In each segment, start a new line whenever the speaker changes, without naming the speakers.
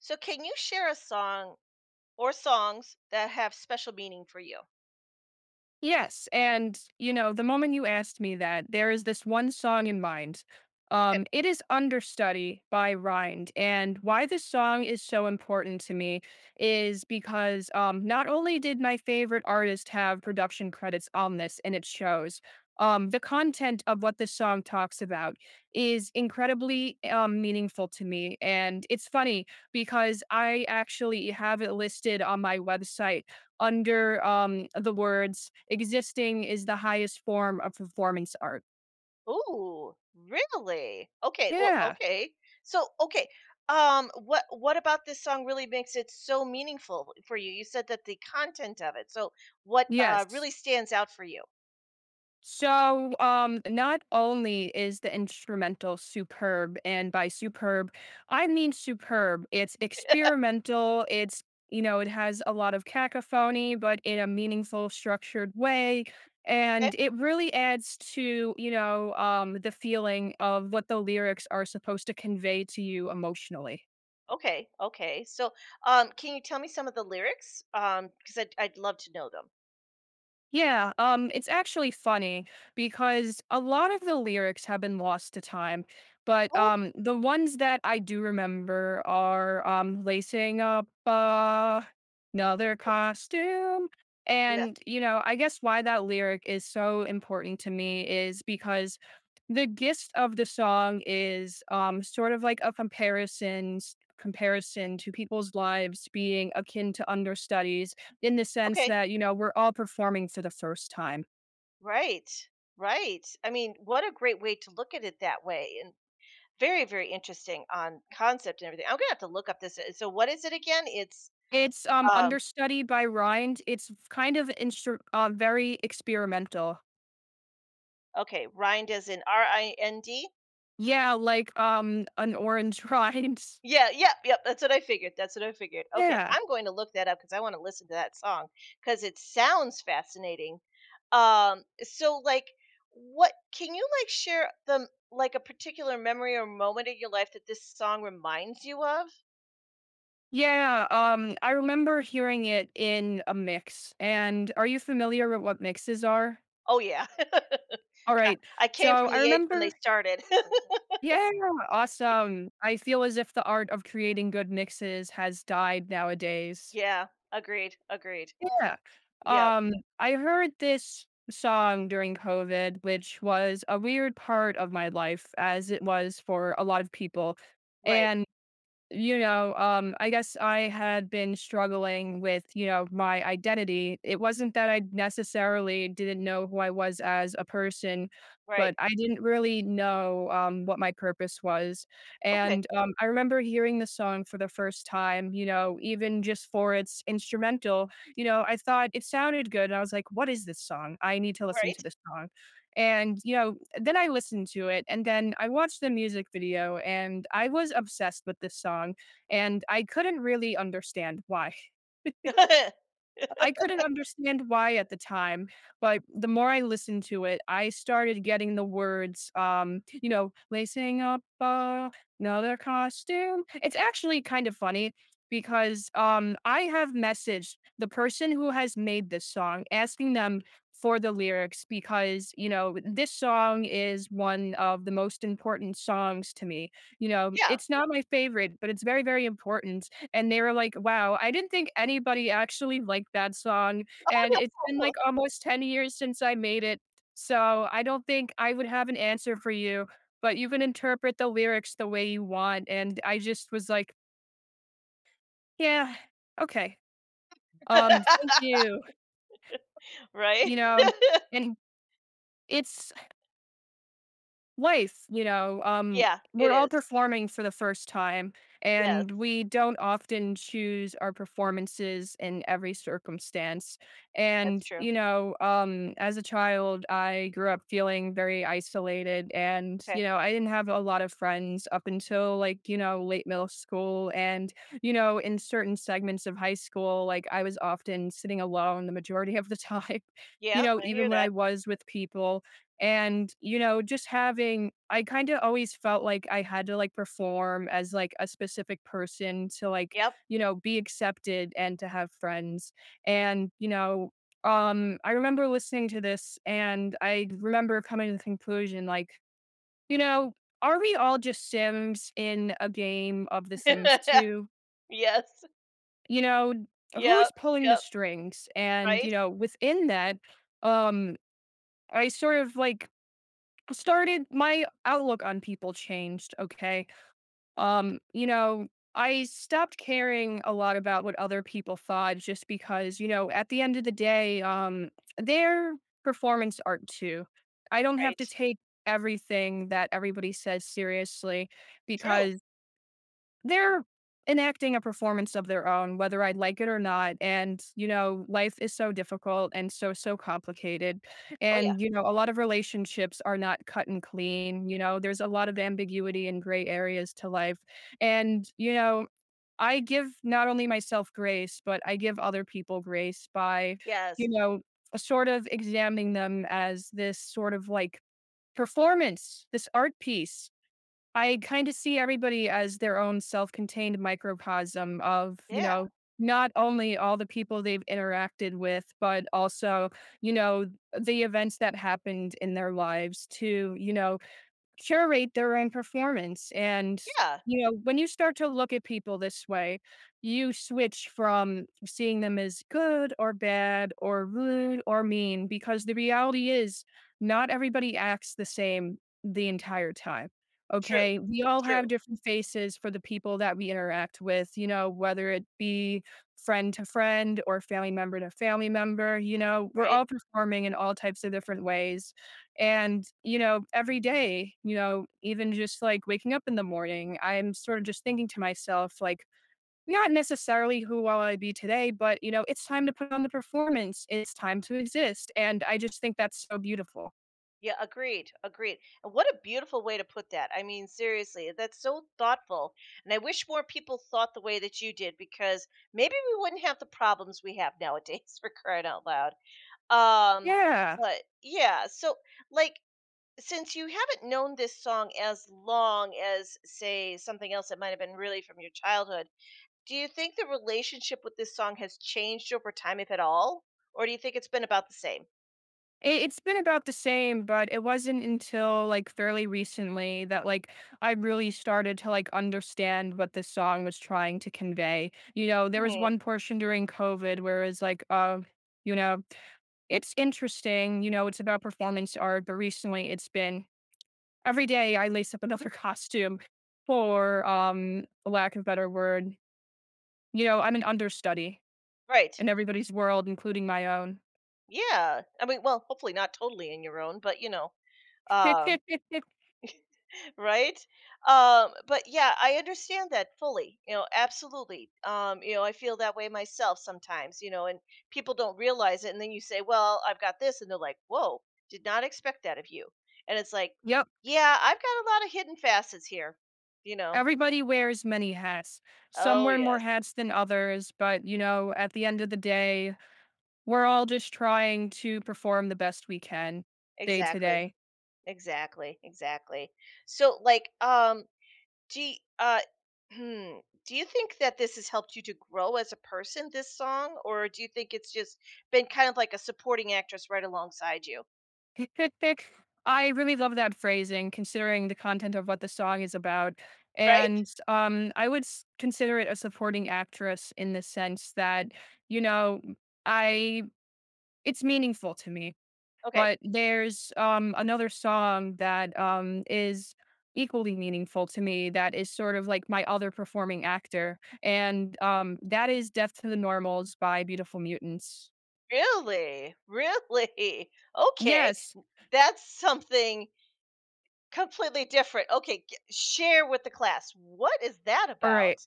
So, can you share a song or songs that have special meaning for you?
Yes, and, the moment you asked me that, there is this one song in mind.
Okay.
It is "Understudy" by Rind, and why this song is so important to me is because, not only did my favorite artist have production credits on this, and it shows, the content of what this song talks about is incredibly, meaningful to me, and it's funny because I actually have it listed on my website under, the words, "Existing is the highest form of performance art."
Ooh, really? Okay, well,
Yeah.
okay. So, okay. What about this song really makes it so meaningful for you? You said that the content of it. So, what
Yes.
really stands out for you?
So, not only is the instrumental superb, and by superb, I mean superb. It's experimental, it's, it has a lot of cacophony, but in a meaningful, structured way,
Okay.
and it really adds to, the feeling of what the lyrics are supposed to convey to you emotionally.
Okay, okay. So, can you tell me some of the lyrics? Because I'd love to know them.
Yeah, it's actually funny because a lot of the lyrics have been lost to time, but
Oh,
the ones that I do remember are, lacing up another costume.
yeah.
And, I guess why that lyric is so important to me is because the gist of the song is, sort of like a comparison to people's lives being akin to understudies in the sense
Okay.
that, we're all performing for the first time.
Right. Right. I mean, what a great way to look at it that way. And very very interesting on concept and everything. I'm gonna have to look up this, so what is it again? It's,
It's,
um
understudy by Rind. It's kind of instru very experimental.
okay, rind as in Rind.
Yeah, like, an orange rind.
Yeah, yeah, yep, yep, that's what I figured, that's what I figured. Okay,
Yeah.
I'm going to look that up because I want to listen to that song because it sounds fascinating. So like, what can you, like, share the, like, a particular memory or moment in your life that this song reminds you of?
Yeah, I remember hearing it in a mix, and are you familiar with what mixes are?
Oh, yeah. God,
Alright,
I came
so
from
I
the age when they
remember.
started.
Yeah, awesome. I feel as if the art of creating good mixes has died nowadays.
Yeah, agreed, agreed.
Yeah.
Yeah,
Um, I heard this song during COVID, which was a weird part of my life as it was for a lot of people,
right.
and, I guess I had been struggling with, my identity. It wasn't that I necessarily didn't know who I was as a person,
Right.
but I didn't really know, what my purpose was.
Okay.
And, I remember hearing the song for the first time, even just for its instrumental. I thought it sounded good. And I was like, what is this song? I need to listen
Right.
to this song. And, then I listened to it and then I watched the music video and I was obsessed with this song and I couldn't really understand why. I couldn't understand why at the time, but the more I listened to it, I started getting the words, lacing up a another costume. It's actually kind of funny because, I have messaged the person who has made this song, asking them for the lyrics because, this song is one of the most important songs to me. You know,
Yeah.
it's not my favorite, but it's very, very important. And they were like, "Wow, I didn't think anybody actually liked that song. And it's been,
Oh, no.
like, almost 10 years since I made it, so I don't think I would have an answer for you, but you can interpret the lyrics the way you want." And I just was like, "Yeah, okay. Thank you."
Right?
You know? And it's life,
Yeah, it
we're all
is.
performing for the first time,
Yes,
and we don't often choose our performances in every circumstance.
that's
And,
true.
as a child, I grew up feeling very isolated, and,
Okay.
I didn't have a lot of friends up until, like, late middle school. And, in certain segments of high school, like, I was often sitting alone the majority of the time,
Yeah, I hear
even when I
that.
was with people. And, you know, just having I kinda always felt like I had to, like, perform as, like, a specific person to, like,
Yep.
be accepted and to have friends. And, I remember listening to this, and I remember coming to the conclusion, like, you know, are we all just Sims in a game of The Sims 2?
Yes.
You know, who's
Yep,
pulling the
yep.
strings? And,
Right,
within that, um, I sort of, like, started my outlook on people changed. Okay. um you know I stopped caring a lot about what other people thought just because, at the end of the day, they're performance art too. I don't have to
right.
take everything that everybody says seriously
True.
because they're enacting a performance of their own, whether I like it or not. And, life is so difficult and so, so complicated.
Oh, yeah.
And, a lot of relationships are not cut and clean. There's a lot of ambiguity and gray areas to life. And, I give not only myself grace, but I give other people grace by,
Yes.
you know, sort of examining them as this sort of like performance, this art piece. I kind of see everybody as their own self-contained microcosm of,
Yeah,
not only all the people they've interacted with, but also, you know, the events that happened in their lives to, curate their own performance. And,
yeah.
when you start to look at people this way, you switch from seeing them as good or bad or rude or mean because the reality is not everybody acts the same the entire time.
True,
Okay. We all have
true.
different faces for the people that we interact with, whether it be friend to friend or family member to family member. We're
Right?
all performing in all types of different ways. And, every day, even just like waking up in the morning, I'm sort of just thinking to myself, like, not necessarily who will I be today, but, it's time to put on the performance. It's time to exist. And I just think that's so beautiful.
Yeah, agreed, agreed. And what a beautiful way to put that. I mean, seriously, that's so thoughtful. And I wish more people thought the way that you did because maybe we wouldn't have the problems we have nowadays for crying out loud. Um,
Yeah.
but yeah, so like, since you haven't known this song as long as say something else that might have been really from your childhood, do you think the relationship with this song has changed over time if at all? Or do you think it's been about the same?
It's been about the same, but it wasn't until, like, fairly recently that, like, I really started to, like, understand what this song was trying to convey. There was
Mhm.
one portion during COVID where it was like, you know, it's interesting, it's about performance art, but recently it's been every day I lace up another costume for, for lack of a better word. I'm an understudy
Right.
in everybody's world, including my own.
Yeah. I mean, well, hopefully not totally in your own, but you know, uh, right? But yeah, I understand that fully. You know, absolutely. You know, I feel that way myself sometimes. You know, and people don't realize it, and then you say, "Well, I've got this," and they're like, "Whoa, did not expect that of you." And it's like,
Yep.
yeah, I've got a lot of hidden facets here. You know.
Everybody wears many hats. Some
Oh
wear more
yes,
hats than others, but, at the end of the day, we're all just trying to perform the best we can day to
exactly,
day.
exactly, exactly. So, like, Do you, uh, hmm, do you think that this has helped you to grow as a person, this song, or do you think it's just been kind of like a supporting actress right alongside you?
I really love that phrasing considering the content of what the song is about.
Right?
And, I would consider it a supporting actress in the sense that, you know, I it's meaningful to me.
Okay.
But there's, another song that, is equally meaningful to me that is sort of like my other performing actor. And, that is Death to the Normals by Beautiful Mutants.
Really? Really? Okay.
Yes.
That's something completely different. Okay. Share with the class. What is that
All right.
about?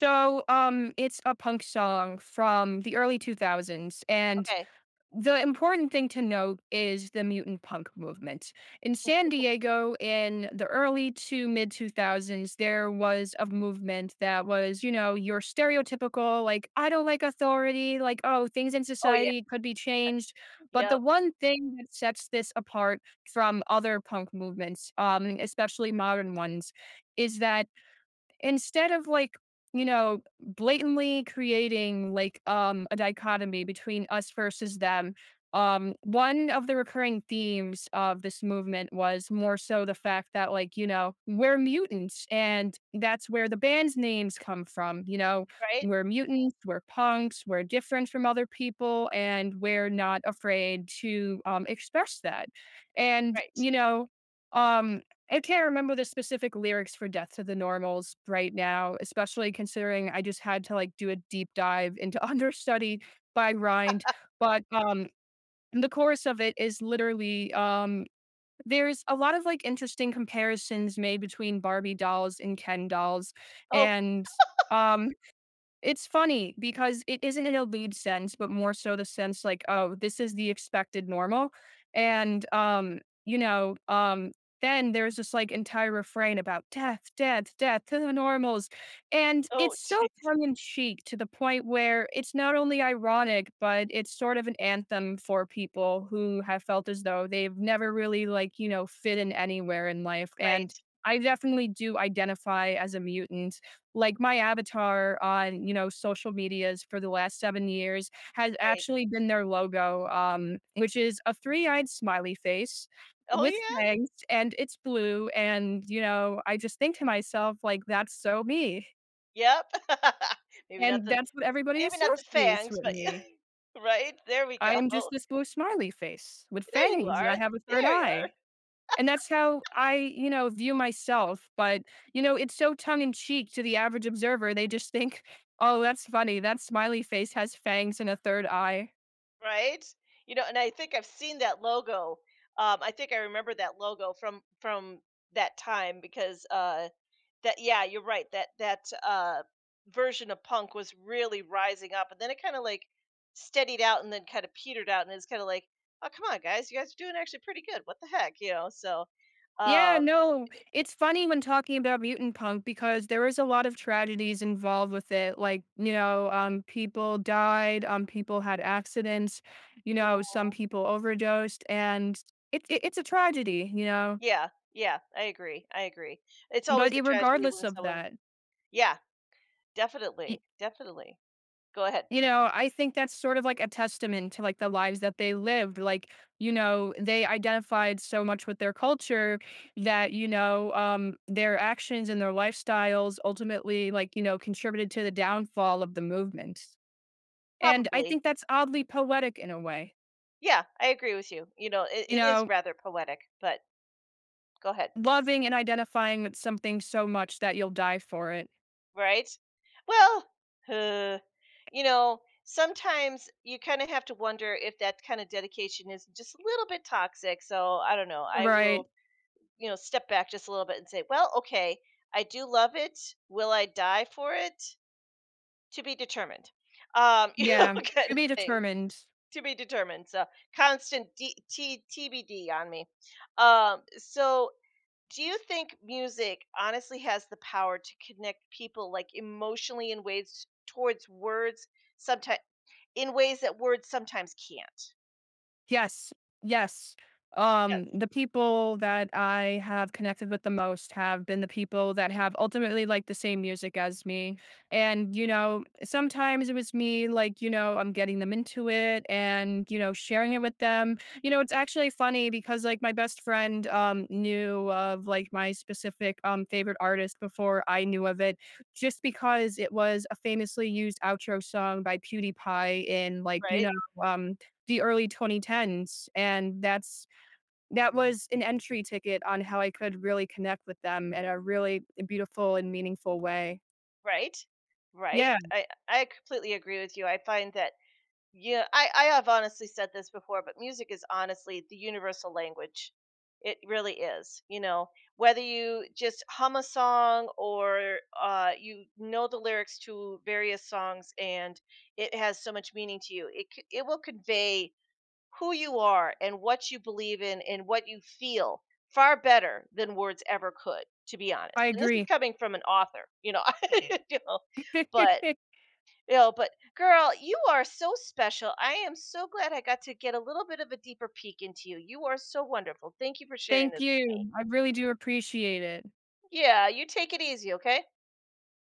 So, it's a punk song from the early 2000s, and
Okay.
the important thing to note is the mutant punk movement. In San Diego in the early to mid 2000s, there was a movement that was, your stereotypical, like, I don't like authority, like, oh, things in
Oh, yeah.
society could be changed. But the
Yep.
one thing that sets this apart from other punk movements, especially modern ones, is that instead of, like, blatantly creating, like, a dichotomy between us versus them, one of the recurring themes of this movement was more so the fact that, like, we're mutants, and that's where the band's names come from.
Right?
We're mutants, we're punks, we're different from other people, and we're not afraid to express that. And,
Right.
um I can't remember the specific lyrics for Death to the Normals right now, especially considering I just had to, like, do a deep dive into Understudy by Rind, but, the chorus of it is literally, there's a lot of, like, interesting comparisons made between Barbie dolls and Ken dolls,
Oh,
and, um it's funny because it isn't an obeyed sense, but more so the sense like, "Oh, this is the expected normal," and, you know, um, then there's this, like, entire refrain about death, death, death to the normals, and
oh,
it's so
geez.
tongue in cheek to the point where it's not only ironic, but it's sort of an anthem for people who have felt as though they've never really, like, fit in anywhere in life, and
Right.
I definitely do identify as a mutant. Like, my avatar on, social medias for the last 7 years has
Right.
actually been their logo, which is a three-eyed smiley face
Oh,
with
yeah.
fangs, and it's blue, and, I just think to myself, like, "That's so me."
Yep. Maybe not
And
the
that's what everybody
Maybe not the
associates
fangs,
with
but
me.
right? There we
I
go.
am just this blue smiley face with
There you
fangs, and
are.
I have a third
There you are.
eye. And that's how I, view myself, but, it's so tongue in cheek to the average observer, they just think, "Oh, that's funny, that smiley face has fangs and a third eye."
Right? You know, and I think I've seen that logo. I think I remember that logo from that time because that yeah, you're right. That uh version of punk was really rising up, and then it kind of like steadied out and then kind of petered out, and it's kind of like, "Oh, come on guys, you guys are doing actually pretty good. What the heck?" You know. So,
Yeah,
um
no, it's funny when talking about mutant punk because there is a lot of tragedies involved with it, like, people died, people had accidents, some people overdosed, and it's a tragedy, you know?
yeah, yeah, I agree, I agree. It's always
But, I
a tragedy
regardless
when
of
someone.
that.
Yeah, definitely, definitely. Go ahead.
I think that's sort of like a testament to like the lives that they lived. Like, they identified so much with their culture that, their actions and their lifestyles ultimately, like, contributed to the downfall of the movement. And I
Probably.
think that's oddly poetic in a way,
Yeah, I agree with you. You know, it,
you
it is
know,
rather poetic, but go ahead.
loving and identifying with something so much that you'll die for it.
Right? Well, uh, you know, sometimes you kind of have to wonder if that kind of dedication is just a little bit toxic. So I don't know. I will,
Right.
you know, step back just a little bit and say, well, okay, I do love it. Will I die for it? To be determined. You know,
Yeah.
kind
To
of
be
thing.
determined.
To be determined. So constant TBD on me. So do you think music honestly has the power to connect people like emotionally in ways towards words sometimes in ways that words sometimes can't?
Yes. Yes.
Yes.
The people that I have connected with the most have been the people that have ultimately liked the same music as me. And, sometimes it was me, like, I'm getting them into it and, sharing it with them. It's actually funny because, like, my best friend, knew of, like, my specific, favorite artist before I knew of it, just because it was a famously used outro song by PewDiePie in, like,
Right.
um, the early 2010s, and that was an entry ticket on how I could really connect with them in a really beautiful and meaningful way.
Right. Right.
Yeah,
I completely agree with you. I find that. Yeah, I have honestly said this before, but music is honestly the universal language. It really is. You know, whether you just hum a song or you know the lyrics to various songs, and it has so much meaning to you, it will convey who you are and what you believe in and what you feel far better than words ever could, to be honest.
I
And this is
agree.
coming from an author, you know, you know but no, but girl, you are so special. I am so glad I got to get a little bit of a deeper peek into you. You are so wonderful. Thank you for sharing
Thank
this with me.
you. I really do appreciate it.
Yeah, you take it easy, okay?